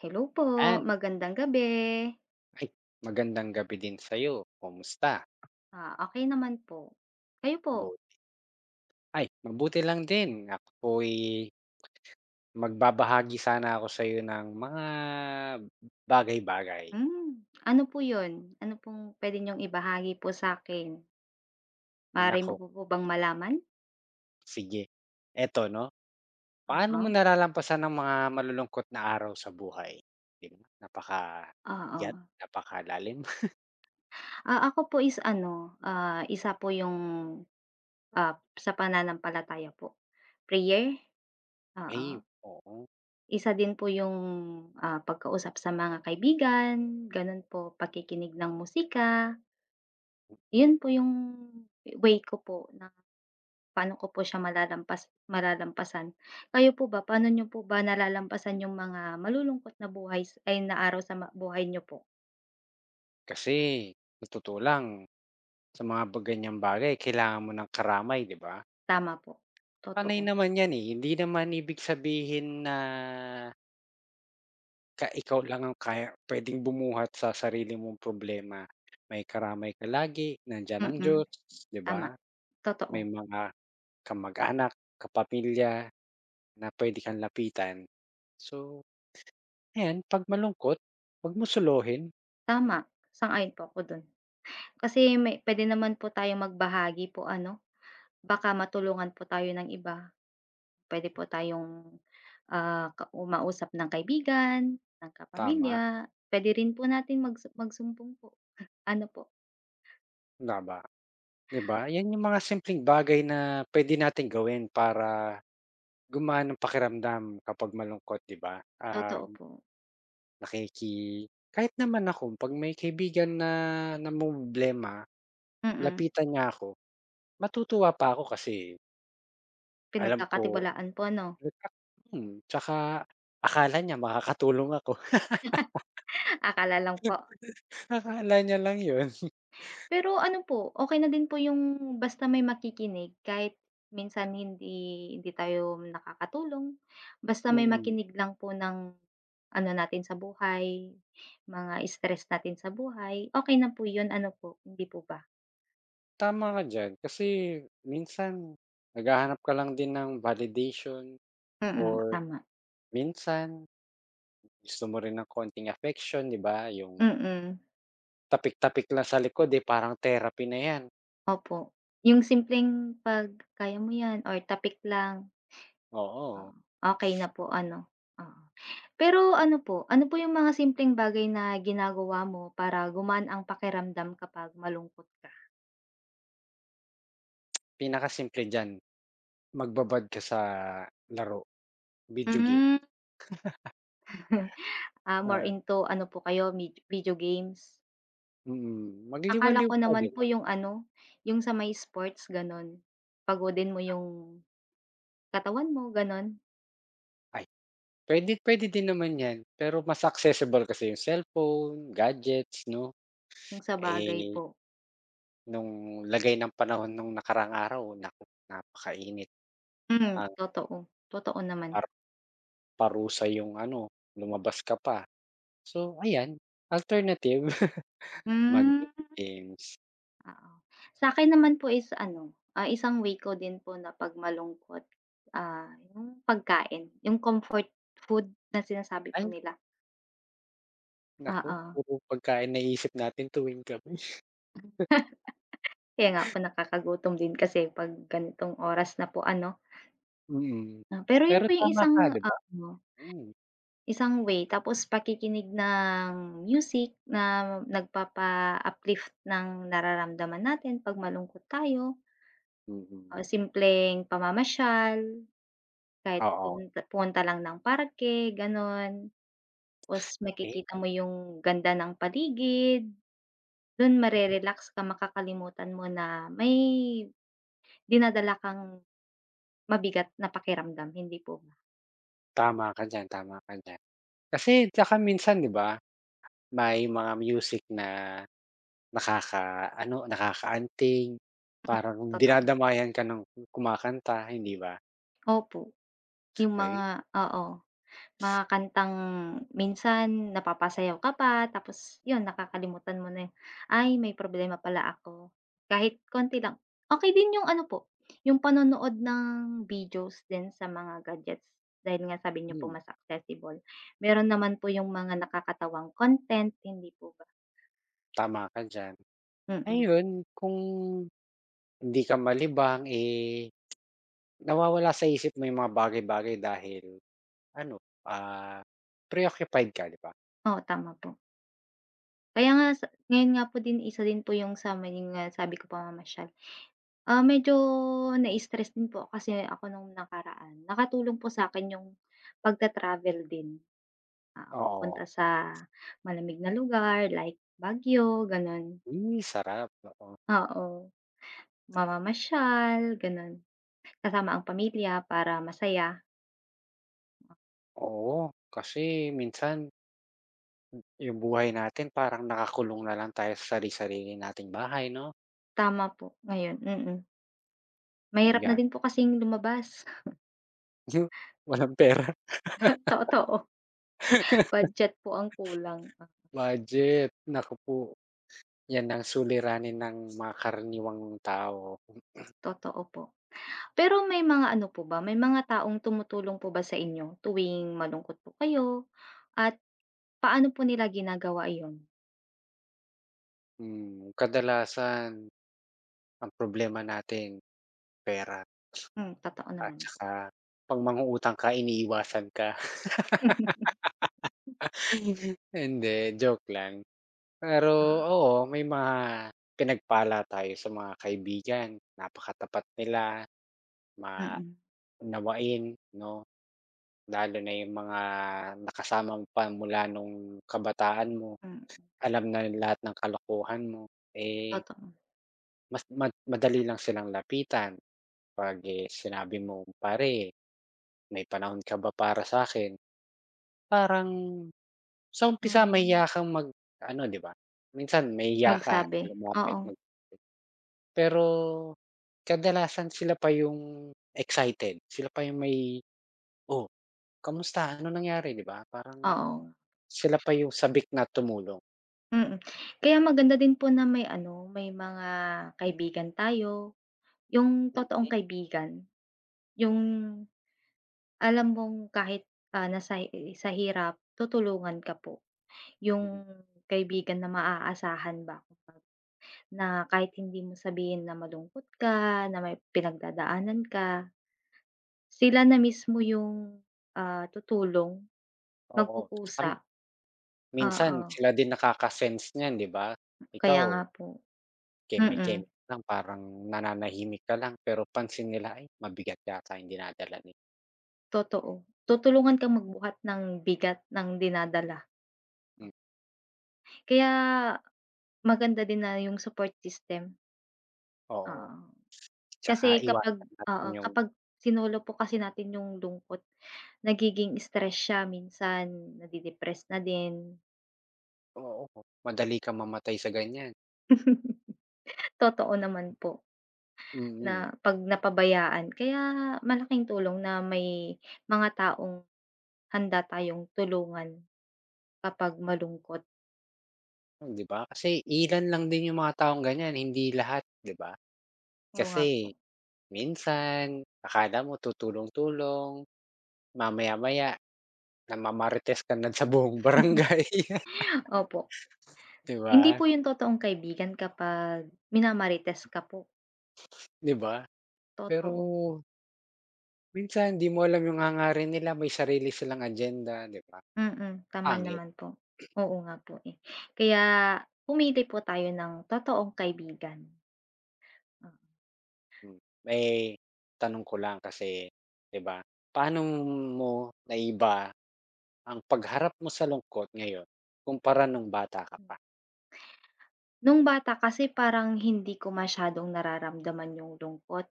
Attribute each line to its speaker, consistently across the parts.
Speaker 1: Hello po,
Speaker 2: Yan.
Speaker 1: magandang gabi.
Speaker 2: Ay, Magandang gabi din sa'yo. Kumusta?
Speaker 1: Okey naman po. Kayo po?
Speaker 2: Bu Mabuti lang din. Ako po'y magbabahagi sana ako sa'yo ng mga bagay-bagay.
Speaker 1: Ano po 'yun? Ano pong puwede niyong ibahagi po sa'kin? Maaari mo
Speaker 2: Naku,
Speaker 1: po bang malaman?
Speaker 2: sige. Eto 'no, paano
Speaker 1: Oo,
Speaker 2: mo nalalampasan ang mga malulungkot na araw sa buhay? 'Di ba,
Speaker 1: oo.
Speaker 2: napakabigat, napakalalim.
Speaker 1: Ako po is isa po yung, sa pananampalataya po, prayer,
Speaker 2: Ay,
Speaker 1: oo.
Speaker 2: oo.
Speaker 1: Isa din po yung, pagkausap sa mga kaibigan, gano'n po, pakikinig ng musika, 'yun po yung way ko po. Paano ko po siya malalampasan? Kayo po ba, paano niyo po ba nalalampasan yung mga malulungkot na buhay s- ay na araw sa buhay niyo po?
Speaker 2: Kasi sa sa mga ganiyang bagay kailangan mo ng karamay, 'di ba?
Speaker 1: Tama po,
Speaker 2: Panay
Speaker 1: totoo.
Speaker 2: naman 'yan, eh, hindi naman ibig sabihin na ikaw lang ang puwedeng bumuhat sa sarili mong problema. May karamay ka lagi, nandiyan ang
Speaker 1: Mm,
Speaker 2: Diyos, 'di ba?
Speaker 1: tama,
Speaker 2: May
Speaker 1: totoo,
Speaker 2: mga kamag-anak, kapamilya na puwede kang lapitan. So, ayan 'pag malungkot, 'wag mo solohin,
Speaker 1: tama, sang-ayon po ako dun. Kasi may puwede naman po tayong magbahagi po ano, baka matulungan po tayo ng iba. Puwede po tayong, ah, ka umausap ng kaibigan, ng
Speaker 2: tama,
Speaker 1: kapamilya, puwede rin po natin magsumbong po, ano po,
Speaker 2: tama, 'di ba? 'Yan yung mga simpleng bagay na puwede nating gawin para gumaan ang pakiramdam kapag malungkot, 'di ba?
Speaker 1: totoo po,
Speaker 2: Nakiki kahit naman ako 'pag may kaibigan na namomroblema,
Speaker 1: mm.
Speaker 2: lapitan niya ako, matutuwa pa ako kasi alam ko
Speaker 1: Pinagkakatiwalaan po 'no?
Speaker 2: nagka tsaka akala niya makakatulong ako.
Speaker 1: Akala lang po.
Speaker 2: Akala niya lang yun.
Speaker 1: Pero ano po, okey na din po yung basta may makikinig kahit minsan hindi hindi tayo nakakatulong, basta may
Speaker 2: Mm,
Speaker 1: makinig lang po ng ano natin sa buhay, mga stress natin sa buhay, okey na po yun, ano po, hindi po ba?
Speaker 2: tama ka diyan kasi minsan naghahanap ka lang din ng validation, or
Speaker 1: Mm, tama.
Speaker 2: minsan gusto mo rin ng konting affection, 'di ba? Yung
Speaker 1: Mm,
Speaker 2: tapik-tapik lang sa likod, eh, parang therapy na yan.
Speaker 1: opo. Yung simpleng 'pag, "Kaya mo yan," or "Tapik lang."
Speaker 2: Oo,
Speaker 1: Oo, okey na po ano, oo. Pero ano po yung mga simpleng bagay na ginagawa mo para gumaan ang pakiramdam kapag malungkot ka?
Speaker 2: pinakasimple diyan. Magbabad ka sa laro, video game,
Speaker 1: Hmm. More
Speaker 2: ah,
Speaker 1: into ano po kayo, med video games? Akala
Speaker 2: magliwaliw
Speaker 1: ko
Speaker 2: ka
Speaker 1: naman
Speaker 2: 'di
Speaker 1: po
Speaker 2: ba?
Speaker 1: yung ano, yung sa may sports gano'n, pagodin mo yung katawan mo gano'n,
Speaker 2: Ay, pwede pwede din naman 'yan, pero mas accessible kasi yung cellphone, gadgets 'no?
Speaker 1: yung sa bagay
Speaker 2: Eh,
Speaker 1: po.
Speaker 2: nung lagay ng panahon nung nakaraang araw, naku, napakainit,
Speaker 1: Mm,
Speaker 2: ang
Speaker 1: totoo, totoo naman.
Speaker 2: par parusa yung ano, lumabas ka pa. So ayan, alternative. Mag
Speaker 1: Hmm.
Speaker 2: games.
Speaker 1: Oo. Sa'kin naman po is isang way ko din po na 'pag malungkot, yung pagkain, yung comfort food na sinasabi po
Speaker 2: Ay
Speaker 1: nila,
Speaker 2: naku,
Speaker 1: oo.
Speaker 2: puro pagkain naiisip natin tuwing gabi.
Speaker 1: Kaya nga po nakakagutom din kasi 'pag ganitong oras na po ano.
Speaker 2: Mm,
Speaker 1: Pero yun
Speaker 2: pero
Speaker 1: po yung
Speaker 2: tama
Speaker 1: isang
Speaker 2: ka 'di ba?
Speaker 1: ano,
Speaker 2: Hmm,
Speaker 1: isang way tapos pakikinig ng music na nagpapa-uplift ng nararamdaman natin 'pag malungkot tayo,
Speaker 2: mm.
Speaker 1: o simpleng pamamasyal. Kahit
Speaker 2: Oo,
Speaker 1: pumunta pumunta lang ng parke gano'n, tapos
Speaker 2: eh,
Speaker 1: makikita mo yung ganda ng paligid, dun mare-relax ka makakalimutan mo na may dinadala kang mabigat na pakiramdam, hindi po ba?
Speaker 2: tama ka diyan, tama ka diyan. Kasi tsaka minsan 'di ba, may mga music na nakakaano, nakakaanting,
Speaker 1: Hmm.
Speaker 2: parang
Speaker 1: Totoo,
Speaker 2: dinadamayan ka ng kumakanta, hindi ba?
Speaker 1: opo yung
Speaker 2: Ay,
Speaker 1: mga oo. Mga kantang minsan napapasayaw ka pa tapos yun nakakalimutan mo na, "Ay may problema pala ako." Kahit konti lang. Okay din yung ano po, yung panonood ng videos din sa mga gadgets dahil nga sabi niyo po
Speaker 2: hmm,
Speaker 1: mas accessible. Meron naman po yung mga nakakatawang content, hindi po ba?
Speaker 2: tama ka diyan.
Speaker 1: Mm,
Speaker 2: Ayun, kung hindi ka malibang, eh, nawawala sa isip mo yung mga bagay-bagay dahil ano, ah, preoccupied ka 'di ba?
Speaker 1: oo tama po. Kaya nga sa ngayon nga po din isa din po yung sa mga yung, sabi ko pamamasyal. Medyo na-stress din po kasi ako nung nakaraan. Nakatulong po sa akin yung pagta-travel din, oo,
Speaker 2: Oo,
Speaker 1: pupunta sa malamig na lugar like Baguio, gano'n.
Speaker 2: hmm, sarap, oo.
Speaker 1: Oo, mamamasyal, gano'n, kasama ang pamilya para masaya.
Speaker 2: Oo, kasi minsan yung buhay natin parang nakakulong na lang tayo sa sari-sarili nating bahay 'no,
Speaker 1: Tama po, ngayon, mm.
Speaker 2: oh,
Speaker 1: Mahirap na
Speaker 2: yan.
Speaker 1: din po kasing lumabas,
Speaker 2: Yu Walang pera.
Speaker 1: totoo. Budget po ang kulang,
Speaker 2: Budget, naku po, yan ang suliranin ng mga karaniwang tao.
Speaker 1: totoo po. Pero may mga ano po ba, may mga taong tumutulong po ba sa inyo tuwing malungkot po kayo at paano po nila ginagawa iyon?
Speaker 2: Hmm, kadalasan ang problema natin pera,
Speaker 1: Hmm, totoo
Speaker 2: at
Speaker 1: naman.
Speaker 2: saka 'pag mangungutang ka iniiwasan ka. Hindi, joke lang. Pero oo, may mga pinagpala tayo sa mga kaibigan, napakatapat nila,
Speaker 1: Oo, mm,
Speaker 2: maunawain 'no. Lalo na yung mga nakasama mo pa mula nung kabataan mo,
Speaker 1: mm,
Speaker 2: alam na lahat ng kalokohan mo, eh,
Speaker 1: totoo.
Speaker 2: mas mad madali lang silang lapitan. 'Pag, eh, sinabi mo, "Pare, may panahon ka ba para sa akin?" Parang sa umpisa mahiya
Speaker 1: Hmm,
Speaker 2: kang mag-ano, 'di ba? Minsan mahiya ka
Speaker 1: magsabi,
Speaker 2: lumapit
Speaker 1: oo,
Speaker 2: pero kadalasan sila pa yung excited, sila pa yung may, "Oh, kamusta? Ano nangyari?" 'Di ba? Parang
Speaker 1: oo,
Speaker 2: sila pa yung sabik na tumulong.
Speaker 1: mm. Kaya maganda din po na may ano, may mga kaibigan tayo, yung totoong kaibigan, yung alam mong kahit, nasa sa hirap tutulungan ka po, yung
Speaker 2: Mm,
Speaker 1: kaibigan na maaasahan ba, na kahit hindi mo sabihin na malungkot ka, na may pinagdadaanan ka. Sila na mismo yung, tutulong,
Speaker 2: oo.
Speaker 1: magkukusa,
Speaker 2: Um, Minsan
Speaker 1: oo.
Speaker 2: sila din nakaka-sense niyan, 'di ba? Ikaw
Speaker 1: Kaya nga po, mm,
Speaker 2: keme-keme lang, parang nananahimik ka lang, pero pansin nila, "Ay, mabigat yata yung dinadala ni."
Speaker 1: totoo. Tutulungan kang magbuhat ng bigat ng dinadala.
Speaker 2: Hmm,
Speaker 1: Kaya maganda din na yung support system,
Speaker 2: oo.
Speaker 1: oo.
Speaker 2: Tsaka
Speaker 1: Kasi kapag
Speaker 2: iwasan natin
Speaker 1: oo,
Speaker 2: yung
Speaker 1: kapag sinolo po kasi natin yung lungkot, nagiging stress siya minsan, nade-depress na din.
Speaker 2: oo, madali kang mamatay sa ganyan,
Speaker 1: Totoo naman po
Speaker 2: mm.
Speaker 1: na 'pag napabayaan. Kaya malaking tulong na may mga taong handa tayong tulungan kapag malungkot.
Speaker 2: Oh, 'di ba? Kasi ilan lang din yung mga taong ganyan, hindi lahat, 'di ba?
Speaker 1: Oo nga po.
Speaker 2: Kasi minsan akala mo tutulong-tulong, mamaya-maya namamarites ka na sa buong barangay,
Speaker 1: Opo,
Speaker 2: 'di
Speaker 1: hindi
Speaker 2: ba?
Speaker 1: po yun totoong kaibigan kapag minamarites ka po,
Speaker 2: 'Di ba?
Speaker 1: totoo.
Speaker 2: Pero minsan 'di mo alam yung hangarin nila, may sarili silang agenda, 'di ba?
Speaker 1: Mm, tama
Speaker 2: Pangit.
Speaker 1: naman po. Oo nga po, eh. Kaya pumili po tayo ng totoong kaibigan. Oo.
Speaker 2: Hmm, may tanong ko lang kasi, 'di ba, paano mo naiba ang pagharap mo sa lungkot ngayon kumpara nung bata ka pa?
Speaker 1: Nung bata kasi parang hindi ko masyadong nararamdaman yung lungkot.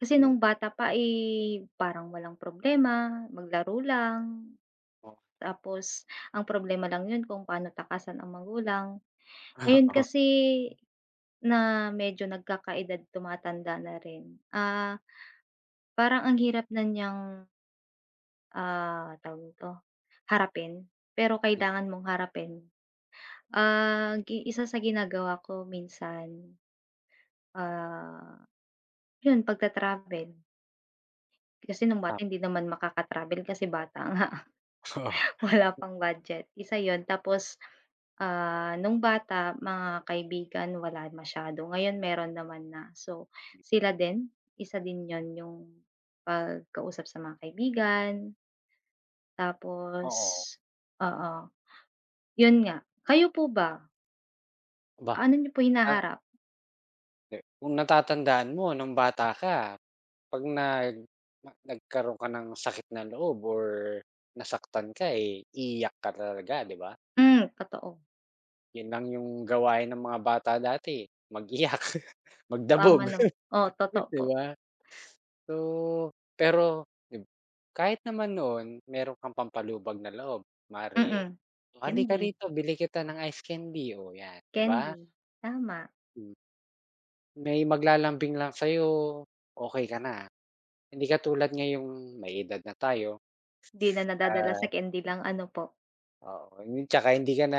Speaker 1: Kasi
Speaker 2: Mm,
Speaker 1: nung bata pa, eh, parang walang problema, maglaro lang,
Speaker 2: oo,
Speaker 1: tapos ang problema lang yun kung paano takasan ang magulang. Ngayon
Speaker 2: oo,
Speaker 1: kasi na medyo nagkakaedad, tumatanda na rin, parang ang hirap na niyang, tawag nito, harapin. Pero
Speaker 2: hmm,
Speaker 1: kailangan mong harapin. Ah, gi Isa sa ginagawa ko minsan, ah, yun pagta-travel. Kasi nung bata
Speaker 2: tama,
Speaker 1: hindi naman makaka-travel kasi bata nga,
Speaker 2: oo.
Speaker 1: wala pang budget, isa yun. Tapos nung bata mga kaibigan wala masyado, ngayon meron naman na. So, sila din, isa din 'yun yung pagkausap sa mga kaibigan, tapos
Speaker 2: Oo.
Speaker 1: oo, 'yun nga. Kayo po ba,
Speaker 2: Ba
Speaker 1: ano niyo po
Speaker 2: ah,
Speaker 1: hinaharap?
Speaker 2: hindi, kung natatandaan mo nung bata ka, 'pag nag nagkaroon ka ng sakit ng loob or nasaktan ka, eh, iiyak ka talaga, 'di ba?
Speaker 1: Hmm, totoo,
Speaker 2: Yun lang yung gawain ng mga bata dati, mag-iyak,
Speaker 1: tama
Speaker 2: magdabog.
Speaker 1: nam oh, totoo
Speaker 2: 'Di
Speaker 1: po,
Speaker 2: ba? So, pero gib kahit naman noon meron kang pampalubag na loob, kunwari,
Speaker 1: mm.
Speaker 2: "Oh, Mhm. Halika
Speaker 1: Candy,
Speaker 2: rito bili kita ng ice candy." Oh, 'yan, 'di ba?
Speaker 1: candy, tama.
Speaker 2: Hmm, may maglalambing lang sa'yo, okey ka na. Hindi katulad ngayong may edad na tayo,
Speaker 1: 'Di na nadadala sa
Speaker 2: ah,
Speaker 1: candy lang ano po,
Speaker 2: oo, yun tsaka hindi ka na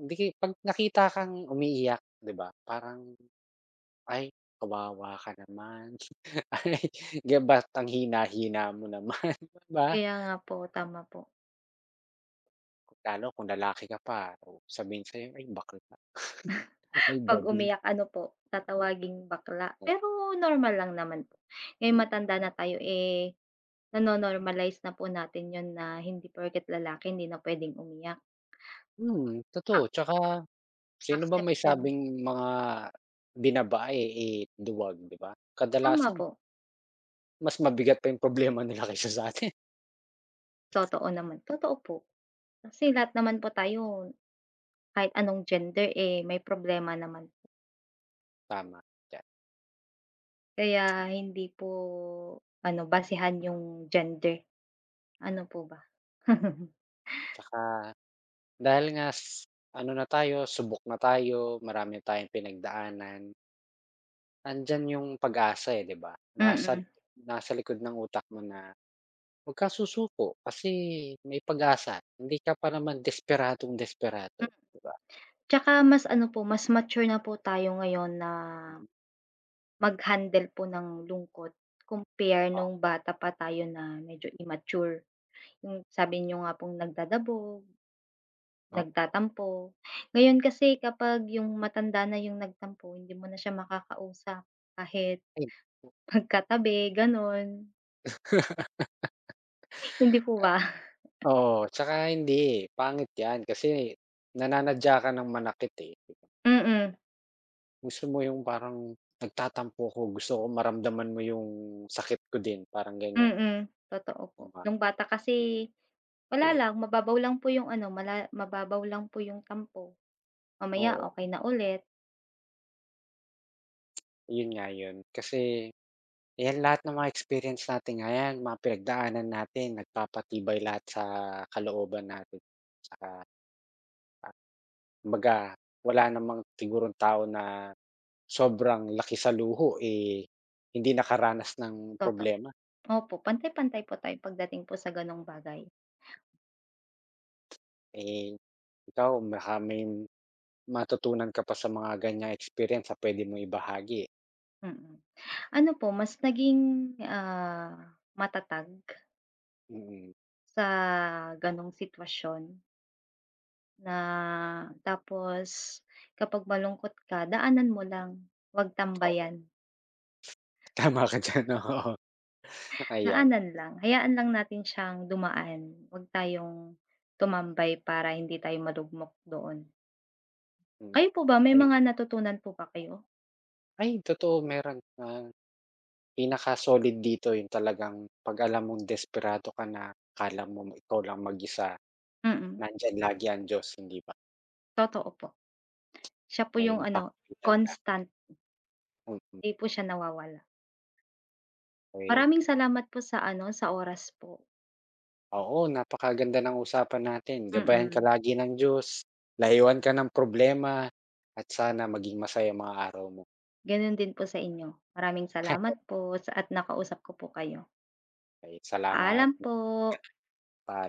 Speaker 2: hindi ki 'pag nakita kang umiiyak, 'di ba, parang, "Ay, kawawa ka naman." Ay, ba't ang hina-hina mo naman, 'di ba?
Speaker 1: kaya nga po, tama po.
Speaker 2: Lalo kung lalaki ka pa, oh, sabihin sa'yo, "Ay bakla, ay
Speaker 1: 'Pag
Speaker 2: bading."
Speaker 1: umiyak ano po, tatawaging bakla,
Speaker 2: mo.
Speaker 1: pero normal lang naman po. Ngayong
Speaker 2: Hmm.
Speaker 1: matanda na tayo, eh, nano-normalize na po natin 'yun na hindi porket lalaki hindi na puwedeng umiyak,
Speaker 2: Hmm,
Speaker 1: a
Speaker 2: totoo tsaka sino ba may
Speaker 1: accepted
Speaker 2: sabing mga binabae, eh, duwag, 'di ba?
Speaker 1: tama
Speaker 2: Kadalasan
Speaker 1: po,
Speaker 2: mas mabigat pa yung problema nila kaysa sa atin.
Speaker 1: totoo naman, totoo po. Kasi lahat naman po tayo kahit anong gender, eh, may problema naman.
Speaker 2: Tama ka.
Speaker 1: Kaya hindi po ano, basehan yung gender, ano po ba?
Speaker 2: Tsaka dahil nga s ano na tayo, subok na tayo, marami na tayong pinagdaanan. Andiyan yung pag-asa, eh, 'di ba?
Speaker 1: Mm,
Speaker 2: Nasa
Speaker 1: mm.
Speaker 2: Nasa likod ng utak mo na huwag kang susuko kasi may pag-asa, hindi ka pa naman desperadong-desperado, 'di ba?
Speaker 1: 'Tsaka mas ano po, mas mature na po tayo ngayon na
Speaker 2: Mhm,
Speaker 1: mag-handle po ng lungkot compare
Speaker 2: oh,
Speaker 1: nung bata pa tayo na medyo immature, yung sabi niyo nga pong nagdadabog,
Speaker 2: oo.
Speaker 1: nagtatampo. Ngayon kasi kapag yung matanda na yung nagtampo hindi mo na siya makakausap kahit
Speaker 2: Ay.
Speaker 1: magkatabi gano'n, hindi po ba?
Speaker 2: Oo, tsaka hindi, eh, pangit 'yan kasi nananadya ka ng manakit, eh.
Speaker 1: Mm,
Speaker 2: Gusto mo yung parang nagtatampo ako, gusto ko maramdaman mo yung sakit ko din, parang ganyan,
Speaker 1: mm, totoo po.
Speaker 2: 'di ba?
Speaker 1: Nung bata kasi wala lang mababaw lang po yung ano mala mababaw lang po yung tampo, mamaya
Speaker 2: Oo.
Speaker 1: okay na ulit,
Speaker 2: Yun nga yun. Kasi, ayan lahat ng mga experience natin nga yan, mga pinagdaanan natin nagpapatibay lahat sa kalooban natin. Tsaka kumbaga wala namang sigurong tao na sobrang laki sa luho, eh, hindi nakaranas ng
Speaker 1: totoo,
Speaker 2: problema.
Speaker 1: opo, pantay-pantay po tayo pagdating po sa gano'ng bagay.
Speaker 2: Eh, ikaw baka may matutunan ka pa sa mga ganyang experience na puwede mo ibahagi.
Speaker 1: Mm. Ano po mas naging, matatag
Speaker 2: Mm,
Speaker 1: sa gano'ng sitwasyon na tapos kapag malungkot ka daanan mo lang, 'wag
Speaker 2: oo,
Speaker 1: tambayan.
Speaker 2: tama ka diyan, oo. Ayan,
Speaker 1: Daanan lang, hayaan lang natin siyang dumaan, 'wag tayong tumambay para hindi tayo malugmok doon.
Speaker 2: mm.
Speaker 1: Kayo po ba may
Speaker 2: Ayun
Speaker 1: mga natutunan po ba kayo?
Speaker 2: ay totoo meron, pinaka-solid dito yung talagang 'pag alam mong desperado ka na, akala mo ikaw lang mag-isa,
Speaker 1: Mm,
Speaker 2: nandiyan lagi ang Diyos, hindi ba?
Speaker 1: totoo po. Siya po
Speaker 2: May
Speaker 1: yung ano,
Speaker 2: makakapitan ka,
Speaker 1: constant,
Speaker 2: mm.
Speaker 1: hindi po siya nawawala.
Speaker 2: Eh,
Speaker 1: Maraming salamat po sa ano, sa oras po.
Speaker 2: oo, napakaganda ng usapan natin, gabayan ka
Speaker 1: Mm.
Speaker 2: lagi ng Diyos, layuan ka ng problema, at sana maging masaya ang mga araw mo.
Speaker 1: Gano'n din po sa inyo. Maraming salamat po sa at nakausap ko po kayo.
Speaker 2: Ay, salamat,
Speaker 1: Paalam po.
Speaker 2: paalam.